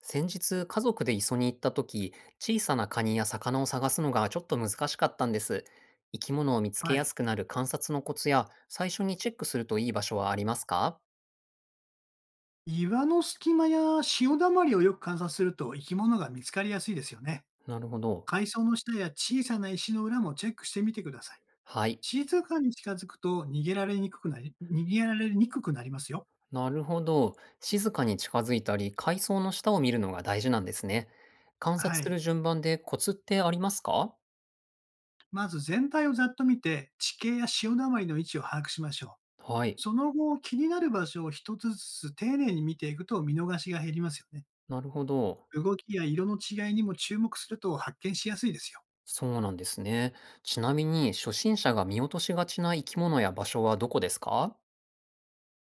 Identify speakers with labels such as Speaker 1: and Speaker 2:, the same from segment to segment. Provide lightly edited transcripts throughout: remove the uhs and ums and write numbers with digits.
Speaker 1: 先日、家族で磯に行った時、小さなカニや魚を探すのがちょっと難しかったんです。生き物を見つけ
Speaker 2: は
Speaker 1: やす
Speaker 2: い。
Speaker 1: くなる観察のコツや、最初にチェックするといい場所はありますか？
Speaker 2: 岩の隙間や潮だまりをよく観察すると生き物が見つかりやすいですよね。
Speaker 1: なるほど。
Speaker 2: 海藻の下や小さな石の裏もチェックしてみてください。
Speaker 1: はい。
Speaker 2: 静かに近づくと逃げられにくくなりますよ。
Speaker 1: なるほど。静かに近づいたり、海藻の下を見るのが大事なんですね。観察
Speaker 2: は
Speaker 1: する
Speaker 2: い。
Speaker 1: 順番でコツってありますか？
Speaker 2: まず全体をざっと見て、地形や潮だまりの位置を把握しましょう。
Speaker 1: はい。
Speaker 2: その後、気になる場所を一つずつ丁寧に見ていくと見逃しが減りますよね。
Speaker 1: なるほど。
Speaker 2: 動きや色の違いにも注目すると発見しやすいですよ。
Speaker 1: そうなんですね。ちなみに、初心者が見落としがちな生き物や場所はどこですか？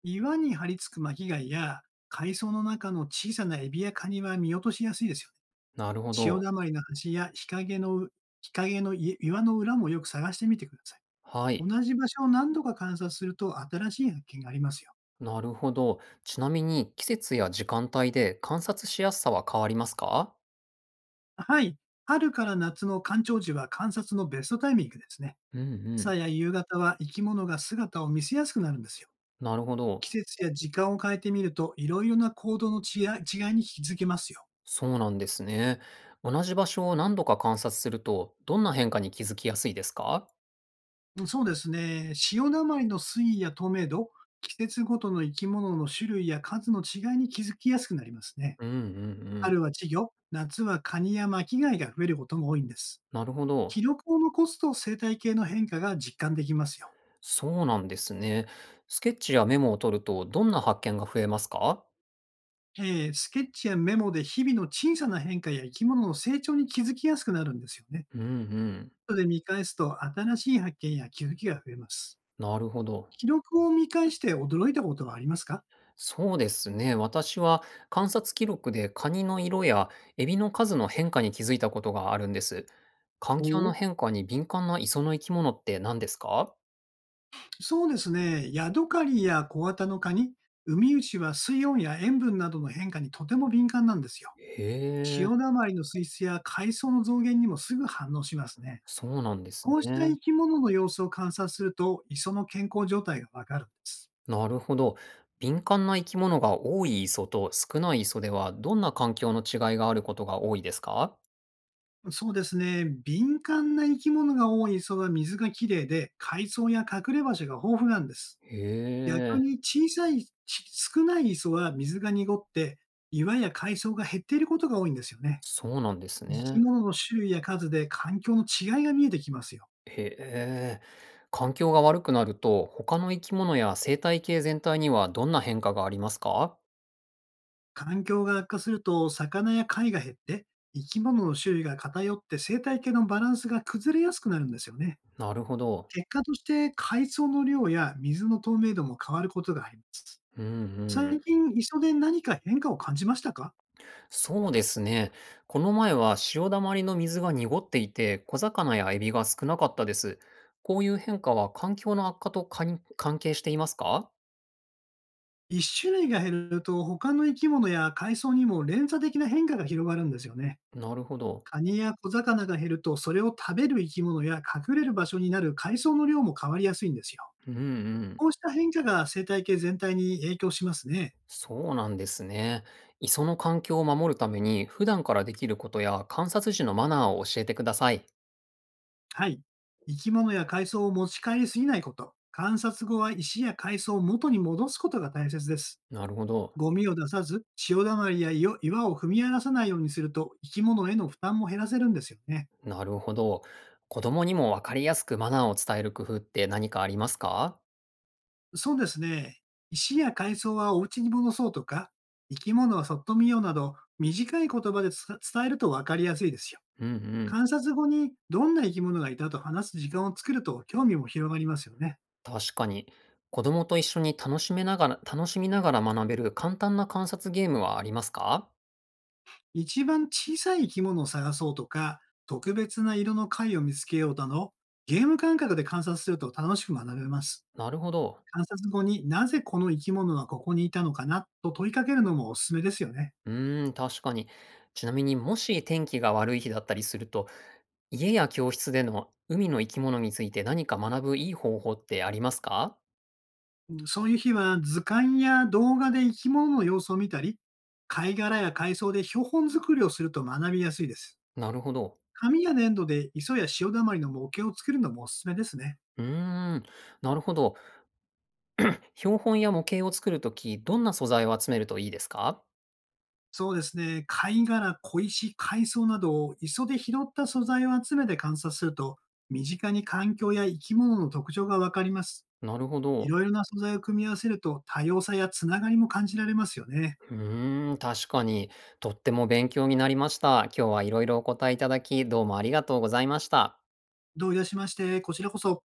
Speaker 2: 岩に張り付く巻貝や、海藻の中の小さなエビやカニは見落としやすいですよね。
Speaker 1: なるほ
Speaker 2: 潮
Speaker 1: ど。
Speaker 2: だまりの端や日陰のい岩の裏もよく探してみてください。
Speaker 1: はい。
Speaker 2: 同じ場所を何度か観察すると新しい発見がありますよ。
Speaker 1: なるほど。ちなみに季節や時間帯で観察しやすさは変わりますか？
Speaker 2: はい。春から夏の干潮時は観察のベストタイミングですね。
Speaker 1: うんう
Speaker 2: 朝
Speaker 1: ん。
Speaker 2: や夕方は生き物が姿を見せやすくなるんですよ。
Speaker 1: なるほ
Speaker 2: 季
Speaker 1: ど。
Speaker 2: 節や時間を変えてみると、いろいろな行動の違いに気づけますよ。
Speaker 1: そうなんですね。同じ場所を何度か観察すると、どんな変化に気づきやすいですか？
Speaker 2: うん、そうですね。潮だまりの水位や透明度、季節ごとの生き物の種類や数の違いに気づきやすくなりますね。
Speaker 1: うんうんうん。
Speaker 2: 春は稚魚、夏はカニや巻き貝が増えることも多いんです。
Speaker 1: なるほど。
Speaker 2: 記録を残すと生態系の変化が実感できますよ。
Speaker 1: そうなんですね。スケッチやメモを取ると、どんな発見が増えますか？
Speaker 2: スケッチやメモで日々の小さな変化や生き物の成長に気づきやすくなるんですよね。
Speaker 1: うんうん。
Speaker 2: 後で見返すと新しい発見や気づきが増えます。
Speaker 1: なるほど。
Speaker 2: 記録を見返して驚いたことはありますか？
Speaker 1: そうですね。私は観察記録でカニの色やエビの数の変化に気づいたことがあるんです。環
Speaker 2: お
Speaker 1: 境
Speaker 2: お
Speaker 1: の
Speaker 2: ー
Speaker 1: 変化に敏感な磯の生き物って何ですか？
Speaker 2: そうですね。ヤドカリや小型のカニ、ウミウシは水温や塩分などの変化にとても敏感なんですよ。
Speaker 1: へ
Speaker 2: 潮
Speaker 1: え、
Speaker 2: だまりの水質や海藻の増減にもすぐ反応しますね。
Speaker 1: そうなんですね。
Speaker 2: こうした生き物の様子を観察すると、磯の健康状態がわかるんです。
Speaker 1: なるほど。敏感な生き物が多い磯と少ない磯ではどんな環境の違いがあることが多いですか？
Speaker 2: そうですね。敏感な生き物が多い磯は水がきれいで、海藻や隠れ場所が豊富なんです。
Speaker 1: へ
Speaker 2: 逆
Speaker 1: え、
Speaker 2: に小さい、少ない磯は水が濁って、岩や海藻が減っていることが多いんですよね。
Speaker 1: そうなんです
Speaker 2: 生き
Speaker 1: ね。
Speaker 2: 物の種類や数で環境の違いが見えてきますよ。
Speaker 1: へえ。環境が悪くなると、他の生き物や生態系全体にはどんな変化がありますか？
Speaker 2: 環境が悪化すると、魚や貝が減って、生き物の種類が偏って生態系のバランスが崩れやすくなるんですよね。
Speaker 1: なるほど。
Speaker 2: 結果として、海藻の量や水の透明度も変わることがあります。
Speaker 1: うんう
Speaker 2: 最
Speaker 1: ん。
Speaker 2: 近、磯で何か変化を感じましたか？
Speaker 1: そうですね。この前は潮だまりの水が濁っていて、小魚やエビが少なかったです。こういう変化は環境の悪化とかん関係していますか？
Speaker 2: 一種類が減ると、他の生き物や海藻にも連鎖的な変化が広がるんですよね。
Speaker 1: なるほど。
Speaker 2: カニや小魚が減ると、それを食べる生き物や隠れる場所になる海藻の量も変わりやすいんですよ。
Speaker 1: うんうん。
Speaker 2: こうした変化が生態系全体に影響しますね。
Speaker 1: そうなんですね。磯の環境を守るために、普段からできることや観察時のマナーを教えてください。
Speaker 2: はい。生き物や海藻を持ち帰りすぎないこと。観察後は石や海藻を元に戻すことが大切です。
Speaker 1: なるほど。
Speaker 2: ゴミを出さず、潮だまりや岩を踏み荒らさないようにすると、生き物への負担も減らせるんですよね。
Speaker 1: なるほど。子供にも分かりやすくマナーを伝える工夫って何かありますか？
Speaker 2: そうですね。石や海藻はお家に戻そうとか、生き物はそっと見ようなど、短い言葉で伝えると分かりやすいですよ。
Speaker 1: うんうん。
Speaker 2: 観察後にどんな生き物がいたと話す時間を作ると興味も広がりますよね。
Speaker 1: 確かに。子供と一緒に楽しめながら、楽しみながら学べる簡単な観察ゲームはありますか？
Speaker 2: 一番小さい生き物を探そうとか、特別な色の貝を見つけようなど、ゲーム感覚で観察すると楽しく学べます。
Speaker 1: なるほど。
Speaker 2: 観察後になぜこの生き物はここにいたのかなと問いかけるのもおすすめですよね。
Speaker 1: うーん、確かに。ちなみにもし天気が悪い日だったりすると、家や教室での海の生き物について何か学ぶいい方法ってありますか？
Speaker 2: うん、そういう日は図鑑や動画で生き物の様子を見たり、貝殻や海藻で標本作りをすると学びやすいです。
Speaker 1: なるほど。
Speaker 2: 紙や粘土で磯や潮だまりの模型を作るのもおすすめですね。
Speaker 1: うーん、なるほど。標本や模型を作るとき、どんな素材を集めるといいですか？
Speaker 2: そうですね。貝殻、小石、海藻などを磯で拾った素材を集めて観察すると、身近に環境や生き物の特徴がわかります。
Speaker 1: なるほ
Speaker 2: い
Speaker 1: ど。
Speaker 2: ろいろな素材を組み合わせると、多様さやつながりも感じられますよね。
Speaker 1: うーん、確かに、とっても勉強になりました。今日はいろいろお答えいただき、どうもありがとうございました。
Speaker 2: どういたしまして、こちらこそ。